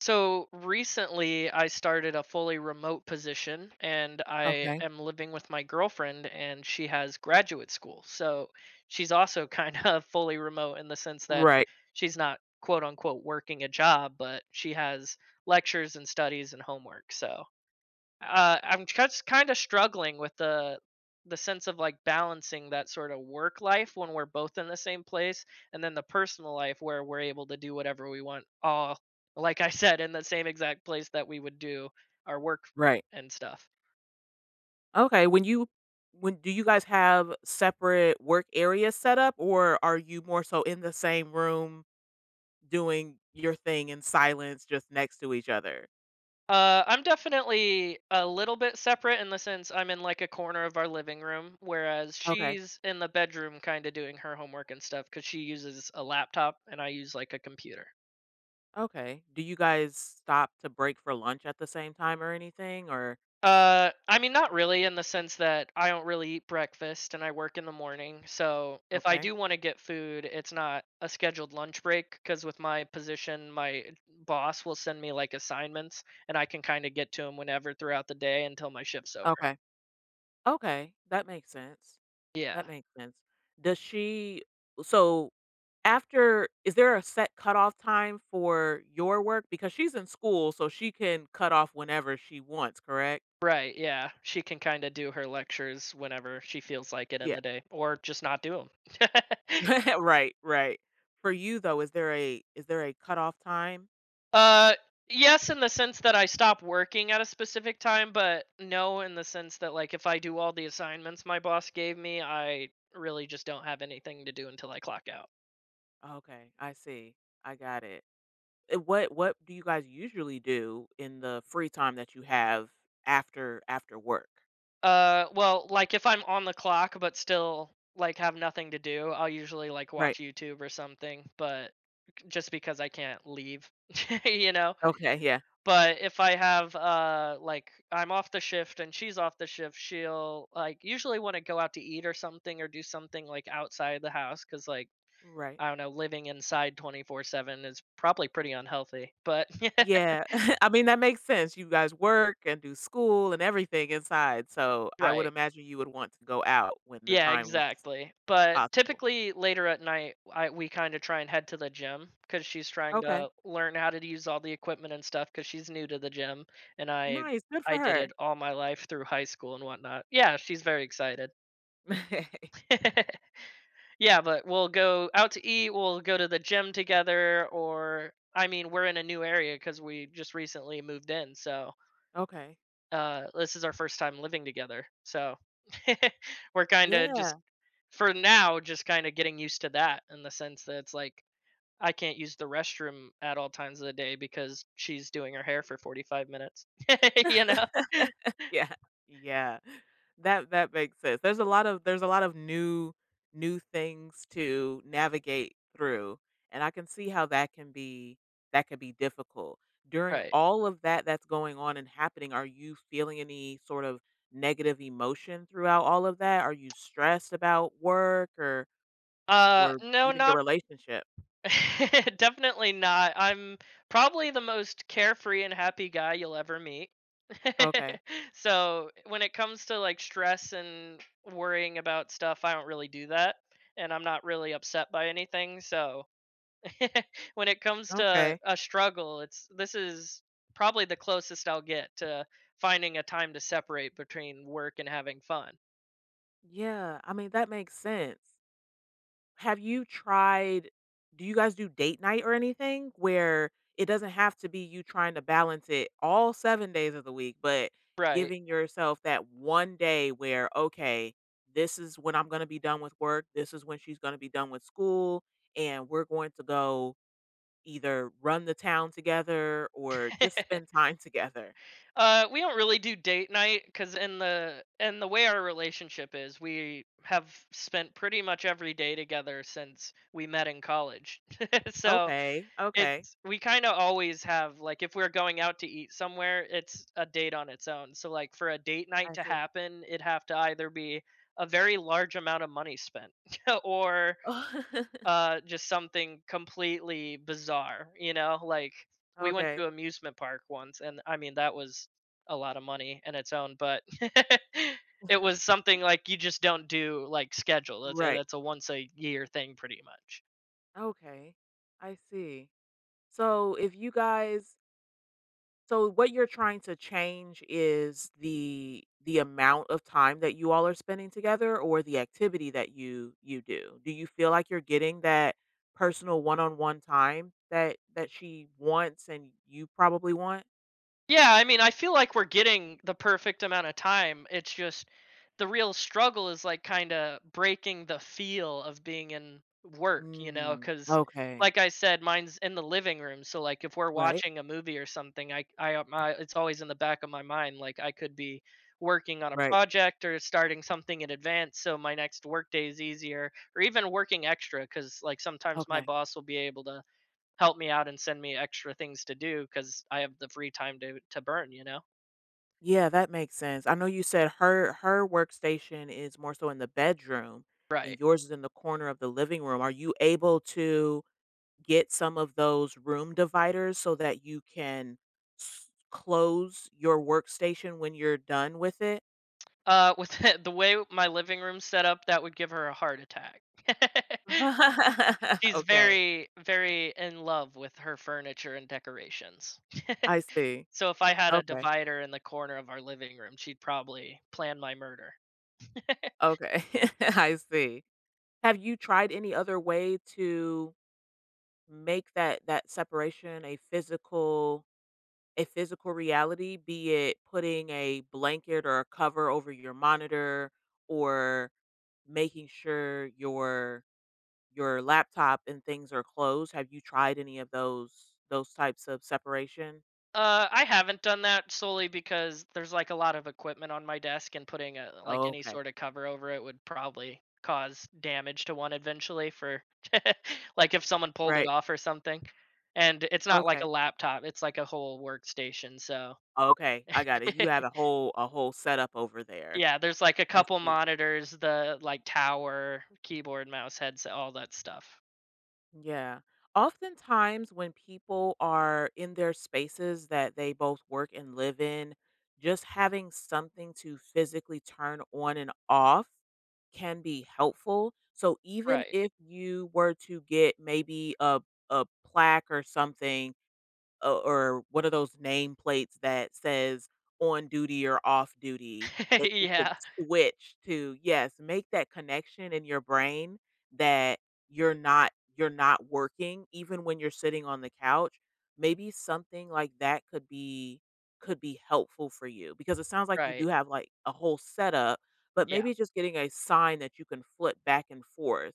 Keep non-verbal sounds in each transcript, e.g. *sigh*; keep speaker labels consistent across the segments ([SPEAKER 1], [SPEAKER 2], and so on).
[SPEAKER 1] So recently, I started a fully remote position and I
[SPEAKER 2] Okay.
[SPEAKER 1] am living with my girlfriend, and she has graduate school. So she's also kind of *laughs* fully remote in the sense that
[SPEAKER 2] Right,
[SPEAKER 1] she's not quote unquote working a job, but she has lectures and studies and homework. I'm just kind of struggling with the sense of like balancing that sort of work life when we're both in the same place, and then the personal life where we're able to do whatever we want, all like I said in the same exact place that we would do our work
[SPEAKER 2] right.
[SPEAKER 1] and stuff.
[SPEAKER 2] Okay, when do you guys have separate work areas set up, or are you more so in the same room doing your thing in silence just next to each other?
[SPEAKER 1] I'm definitely a little bit separate in the sense I'm in like a corner of our living room, whereas
[SPEAKER 2] Okay,
[SPEAKER 1] she's in the bedroom kind of doing her homework and stuff because she uses a laptop and I use like a computer.
[SPEAKER 2] okay. Do you guys stop to break for lunch at the same time or anything, or
[SPEAKER 1] I mean, not really in the sense that I don't really eat breakfast and I work in the morning. So if I
[SPEAKER 2] Okay.
[SPEAKER 1] do want to get food, it's not a scheduled lunch break because with my position, my boss will send me like assignments and I can kind of get to them whenever throughout the day until my shift's over.
[SPEAKER 2] Okay. Okay, that makes sense.
[SPEAKER 1] Yeah.
[SPEAKER 2] That makes sense. Does she so after is there a set cutoff time for your work? Because she's in school, so she can cut off whenever she wants, correct?
[SPEAKER 1] Right. Yeah. She can kind of do her lectures whenever she feels like it in
[SPEAKER 2] Yeah.
[SPEAKER 1] the day or just not do them. *laughs*
[SPEAKER 2] *laughs* Right, right. For you though, is there a cutoff time?
[SPEAKER 1] Uh, yes, in the sense that I stop working at a specific time, but no, in the sense that like if I do all the assignments my boss gave me, I really just don't have anything to do until I clock out.
[SPEAKER 2] Okay, I see. I got it. What do you guys usually do in the free time that you have after work?
[SPEAKER 1] Well, like if I'm on the clock but still like have nothing to do, I'll usually like
[SPEAKER 2] Right.
[SPEAKER 1] watch YouTube or something, but just because I can't leave, *laughs* you know.
[SPEAKER 2] Okay, yeah.
[SPEAKER 1] But if I have like I'm off the shift and she's off the shift, she'll like usually want to go out to eat or something or do something like outside the house cuz like
[SPEAKER 2] Right.
[SPEAKER 1] I don't know, living inside 24/7 is probably pretty unhealthy. But *laughs*
[SPEAKER 2] Yeah. *laughs* I mean, that makes sense. You guys work and do school and everything inside, so I would
[SPEAKER 1] Right.
[SPEAKER 2] imagine you would want to go out when the
[SPEAKER 1] Yeah,
[SPEAKER 2] time was
[SPEAKER 1] exactly. But
[SPEAKER 2] possible.
[SPEAKER 1] typically later at night, I we kind of try and head to the gym because she's trying
[SPEAKER 2] Okay.
[SPEAKER 1] to learn how to use all the equipment and stuff because she's new to the gym, and I
[SPEAKER 2] Nice, good for
[SPEAKER 1] I did
[SPEAKER 2] her.
[SPEAKER 1] it all my life through high school and whatnot. Yeah, she's very excited.
[SPEAKER 2] *laughs*
[SPEAKER 1] *laughs* Yeah, but we'll go out to eat, we'll go to the gym together, or I mean, we're in a new area because we just recently moved in, so,
[SPEAKER 2] Okay.
[SPEAKER 1] this is our first time living together, so *laughs* we're kinda
[SPEAKER 2] Yeah.
[SPEAKER 1] just for now, just kinda getting used to that in the sense that it's like, I can't use the restroom at all times of the day because she's doing her hair for 45 minutes, *laughs* you know?
[SPEAKER 2] Yeah. Yeah. That that makes sense. There's a lot of new things to navigate through, and I can see how that can be difficult. During
[SPEAKER 1] Right.
[SPEAKER 2] all of that that's going on and happening, are you feeling any sort of negative emotion throughout all of that? Are you stressed about work
[SPEAKER 1] Uh,
[SPEAKER 2] or
[SPEAKER 1] no,
[SPEAKER 2] even your
[SPEAKER 1] not
[SPEAKER 2] relationship?
[SPEAKER 1] *laughs* definitely not. I'm probably the most carefree and happy guy you'll ever meet. *laughs*
[SPEAKER 2] Okay.
[SPEAKER 1] So when it comes to like stress and worrying about stuff, I don't really do that. And I'm not really upset by anything. So *laughs* when it comes to
[SPEAKER 2] Okay.
[SPEAKER 1] a struggle, it's this is probably the closest I'll get to finding a time to separate between work and having fun.
[SPEAKER 2] Yeah. I mean, that makes sense. Have you tried do you guys do date night or anything where it doesn't have to be you trying to balance it all 7 days of the week, but
[SPEAKER 1] Right.
[SPEAKER 2] giving yourself that one day where, "Okay, this is when I'm gonna be done with work, this is when she's gonna be done with school, and we're going to go either run the town together or just spend
[SPEAKER 1] *laughs*
[SPEAKER 2] time *laughs* together."
[SPEAKER 1] We don't really do date night because in the way our relationship is, we have spent pretty much every day together since we met in college. *laughs* So
[SPEAKER 2] Okay, okay,
[SPEAKER 1] it's we kind of always have like if we're going out to eat somewhere, it's a date on its own. So like for a date night
[SPEAKER 2] I
[SPEAKER 1] to
[SPEAKER 2] see.
[SPEAKER 1] happen, it'd have to either be a very large amount of money spent *laughs* or
[SPEAKER 2] *laughs*
[SPEAKER 1] just something completely bizarre, you know? Like we went
[SPEAKER 2] Okay.
[SPEAKER 1] to amusement park once and I mean that was a lot of money in its own, but *laughs* it was something like you just don't do like schedule. That's
[SPEAKER 2] Right.
[SPEAKER 1] that's a once a year thing pretty much.
[SPEAKER 2] Okay, I see. So if you guys so what you're trying to change is the amount of time that you all are spending together or the activity that you do. Do you feel like you're getting that personal one-on-one time that she wants and you probably want?
[SPEAKER 1] Yeah, I mean, I feel like we're getting the perfect amount of time. It's just the real struggle is like kind of breaking the feel of being in work, you know,
[SPEAKER 2] Mm,
[SPEAKER 1] cuz
[SPEAKER 2] okay.
[SPEAKER 1] like I said, mine's in the living room. So like if we're
[SPEAKER 2] Right?
[SPEAKER 1] watching a movie or something, I my it's always in the back of my mind like I could be working on a
[SPEAKER 2] Right.
[SPEAKER 1] project or starting something in advance so my next work day is easier, or even working extra cuz like sometimes my
[SPEAKER 2] Okay.
[SPEAKER 1] boss will be able to help me out and send me extra things to do because I have the free time to burn, you know?
[SPEAKER 2] Yeah, that makes sense. I know you said her workstation is more so in the bedroom and
[SPEAKER 1] Right.
[SPEAKER 2] yours is in the corner of the living room. Are you able to get some of those room dividers so that you can close your workstation when you're done with it?
[SPEAKER 1] With *laughs* the way my living room's set up, that would give her a heart attack. *laughs*
[SPEAKER 2] *laughs*
[SPEAKER 1] She's
[SPEAKER 2] Okay.
[SPEAKER 1] very, very in love with her furniture and decorations.
[SPEAKER 2] I see.
[SPEAKER 1] *laughs* So if I had a
[SPEAKER 2] Okay.
[SPEAKER 1] divider in the corner of our living room, she'd probably plan my murder. *laughs*
[SPEAKER 2] Okay. *laughs* I see. Have you tried any other way to make that separation a physical reality, be it putting a blanket or a cover over your monitor or making sure your laptop and things are closed. Have you tried any of those types of separation?
[SPEAKER 1] I haven't done that solely because there's like a lot of equipment on my desk, and putting a, like
[SPEAKER 2] Oh,
[SPEAKER 1] any
[SPEAKER 2] okay.
[SPEAKER 1] sort of cover over it would probably cause damage to one eventually. For *laughs* like if someone pulled it
[SPEAKER 2] Right.
[SPEAKER 1] off or something, and it's not like a
[SPEAKER 2] Okay.
[SPEAKER 1] laptop; it's like a whole workstation. So
[SPEAKER 2] Okay. I got it. You
[SPEAKER 1] *laughs*
[SPEAKER 2] have a whole setup over there.
[SPEAKER 1] yeah, there's like a
[SPEAKER 2] I
[SPEAKER 1] couple
[SPEAKER 2] see.
[SPEAKER 1] monitors, the like tower, keyboard, mouse, headset, all that stuff.
[SPEAKER 2] Yeah. Oftentimes when people are in their spaces that they both work and live in, just having something to physically turn on and off can be helpful. So even
[SPEAKER 1] Right.
[SPEAKER 2] if you were to get maybe a plaque or something or one of those nameplates that says on duty or off duty
[SPEAKER 1] *laughs*
[SPEAKER 2] that you could
[SPEAKER 1] Yeah.
[SPEAKER 2] switch to yes make that connection in your brain that you're not you're not working even when you're sitting on the couch, maybe something like that could be helpful for you, because it sounds like you do
[SPEAKER 1] Right.
[SPEAKER 2] have like a whole setup, but
[SPEAKER 1] Yeah.
[SPEAKER 2] maybe just getting a sign that you can flip back and forth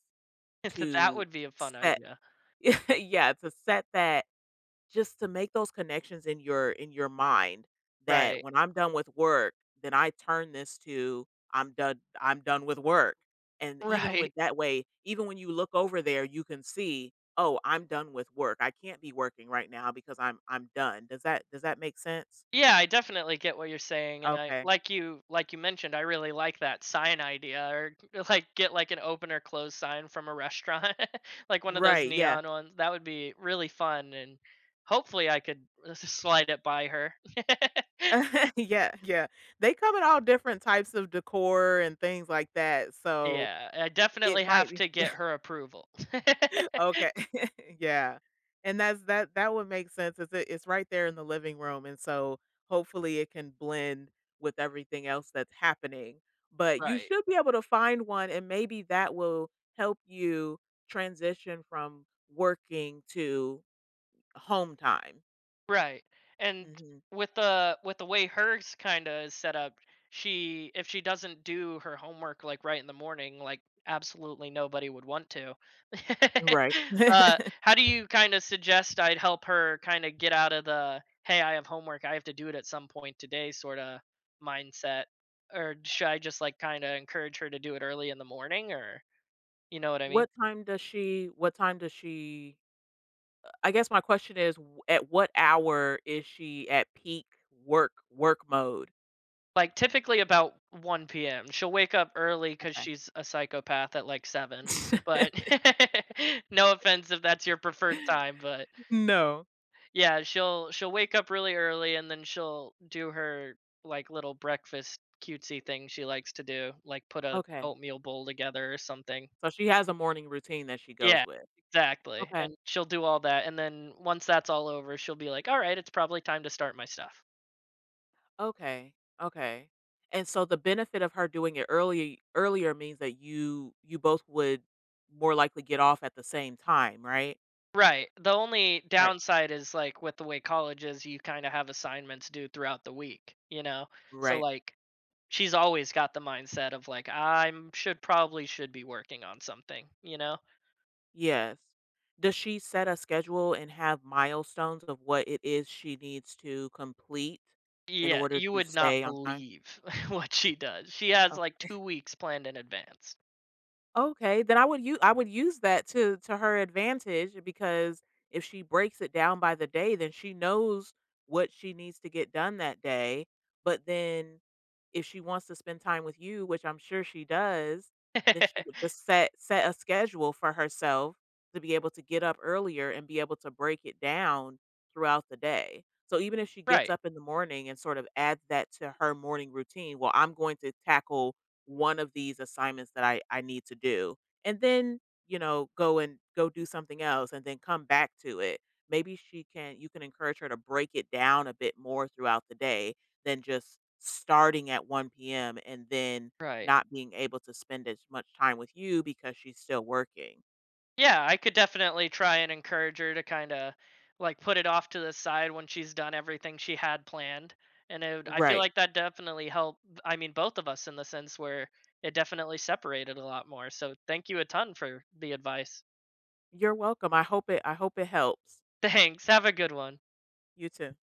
[SPEAKER 1] *laughs* That
[SPEAKER 2] to
[SPEAKER 1] would be a fun
[SPEAKER 2] set
[SPEAKER 1] idea.
[SPEAKER 2] *laughs* yeah to set that just to make those connections in your mind that
[SPEAKER 1] Right.
[SPEAKER 2] when I'm done with work, then I turn this to I'm done with work. And even with
[SPEAKER 1] Right.
[SPEAKER 2] that way, even when you look over there, you can see, "Oh, I'm done with work. I can't be working right now because I'm done." Does that make sense?
[SPEAKER 1] Yeah, I definitely get what you're saying, and I
[SPEAKER 2] Okay.
[SPEAKER 1] like you mentioned, I really like that sign idea, or *laughs* like get like an open or closed sign from a restaurant, *laughs* like one of those
[SPEAKER 2] Right, yeah.
[SPEAKER 1] neon ones. That would be really fun, and hopefully I could *laughs* slide it by her. *laughs*
[SPEAKER 2] *laughs* Yeah, yeah. They come in all different types of decor and things like that, so
[SPEAKER 1] Yeah, I
[SPEAKER 2] it
[SPEAKER 1] definitely
[SPEAKER 2] might
[SPEAKER 1] have
[SPEAKER 2] be
[SPEAKER 1] to get her approval.
[SPEAKER 2] Okay. *laughs* Yeah. And that's that would make sense. It's right there in the living room, and so hopefully it can blend with everything else that's happening.
[SPEAKER 1] *laughs*
[SPEAKER 2] But you
[SPEAKER 1] Right.
[SPEAKER 2] should be able to find one, and maybe that will help you transition from working to home time.
[SPEAKER 1] Right. And
[SPEAKER 2] Mhm.
[SPEAKER 1] with the way hers kinda is set up, she if she doesn't do her homework like right in the morning, like absolutely nobody would want to. *laughs*
[SPEAKER 2] Right.
[SPEAKER 1] How do you kinda suggest I'd help her kinda get out of the, "Hey, I have homework, I have to do it at some point today," sorta mindset? Or should I just like kinda encourage her to do it early in the morning or you know what I mean?
[SPEAKER 2] What time does she what time does she I guess my question is at what hour is she at peak work mode?
[SPEAKER 1] Like, typically about 1 PM. She'll wake up early because
[SPEAKER 2] Okay.
[SPEAKER 1] she's a psychopath at, like, 7, but *laughs* no offense if that's your preferred
[SPEAKER 2] *laughs*
[SPEAKER 1] time, but
[SPEAKER 2] No.
[SPEAKER 1] yeah, she'll wake up really early and then she'll do her, like, little breakfast cutesy thing she likes to do, like, put a
[SPEAKER 2] Okay.
[SPEAKER 1] oatmeal bowl together or something.
[SPEAKER 2] So she has a morning routine that she goes
[SPEAKER 1] Yeah,
[SPEAKER 2] with.
[SPEAKER 1] exactly,
[SPEAKER 2] Okay.
[SPEAKER 1] and she'll do all that, and then once that's all over, she'll be like, "Alright, it's probably time to start my stuff."
[SPEAKER 2] Okay. Okay. And so the benefit of her doing it earlier means that you both would more likely get off at the same time, right?
[SPEAKER 1] Right. The only
[SPEAKER 2] Right.
[SPEAKER 1] downside is like with the way college is, you kind of have assignments due throughout the week, you know? So
[SPEAKER 2] Right.
[SPEAKER 1] like she's always got the mindset of like I should probably should be working on something, you know?
[SPEAKER 2] Yes. Does she set a schedule and have milestones of what it is she needs to complete in
[SPEAKER 1] Yeah,
[SPEAKER 2] order
[SPEAKER 1] you
[SPEAKER 2] to
[SPEAKER 1] would not
[SPEAKER 2] stay on time?
[SPEAKER 1] believe *laughs* what she does. She has like 2 weeks planned in advance.
[SPEAKER 2] Okay, then I would use that to her advantage, because if she breaks it down by the day, then she knows what she needs to get done that day, but then if she wants to spend time with you, which I'm sure she does, then she would
[SPEAKER 1] *laughs*
[SPEAKER 2] just set a schedule for herself to be able to get up earlier and be able to break it down throughout the day. So even if she gets
[SPEAKER 1] Right.
[SPEAKER 2] up in the morning and sort of adds that to her morning routine, well, I'm going to tackle one of these assignments that I need to do. And then, you know, go and go do something else and then come back to it. Maybe she can you can encourage her to break it down a bit more throughout the day than just starting at 1 p.m. and then
[SPEAKER 1] Right.
[SPEAKER 2] not being able to spend as much time with you because she's still working.
[SPEAKER 1] Yeah, I could definitely try and encourage her to kind of like put it off to the side when she's done everything she had planned. And it would, I feel
[SPEAKER 2] Right.
[SPEAKER 1] like that definitely helped. I mean, both of us in the sense where it definitely separated a lot more. So thank you a ton for the advice.
[SPEAKER 2] You're welcome. I hope it helps.
[SPEAKER 1] *laughs* Thanks. Have a good one.
[SPEAKER 2] You too.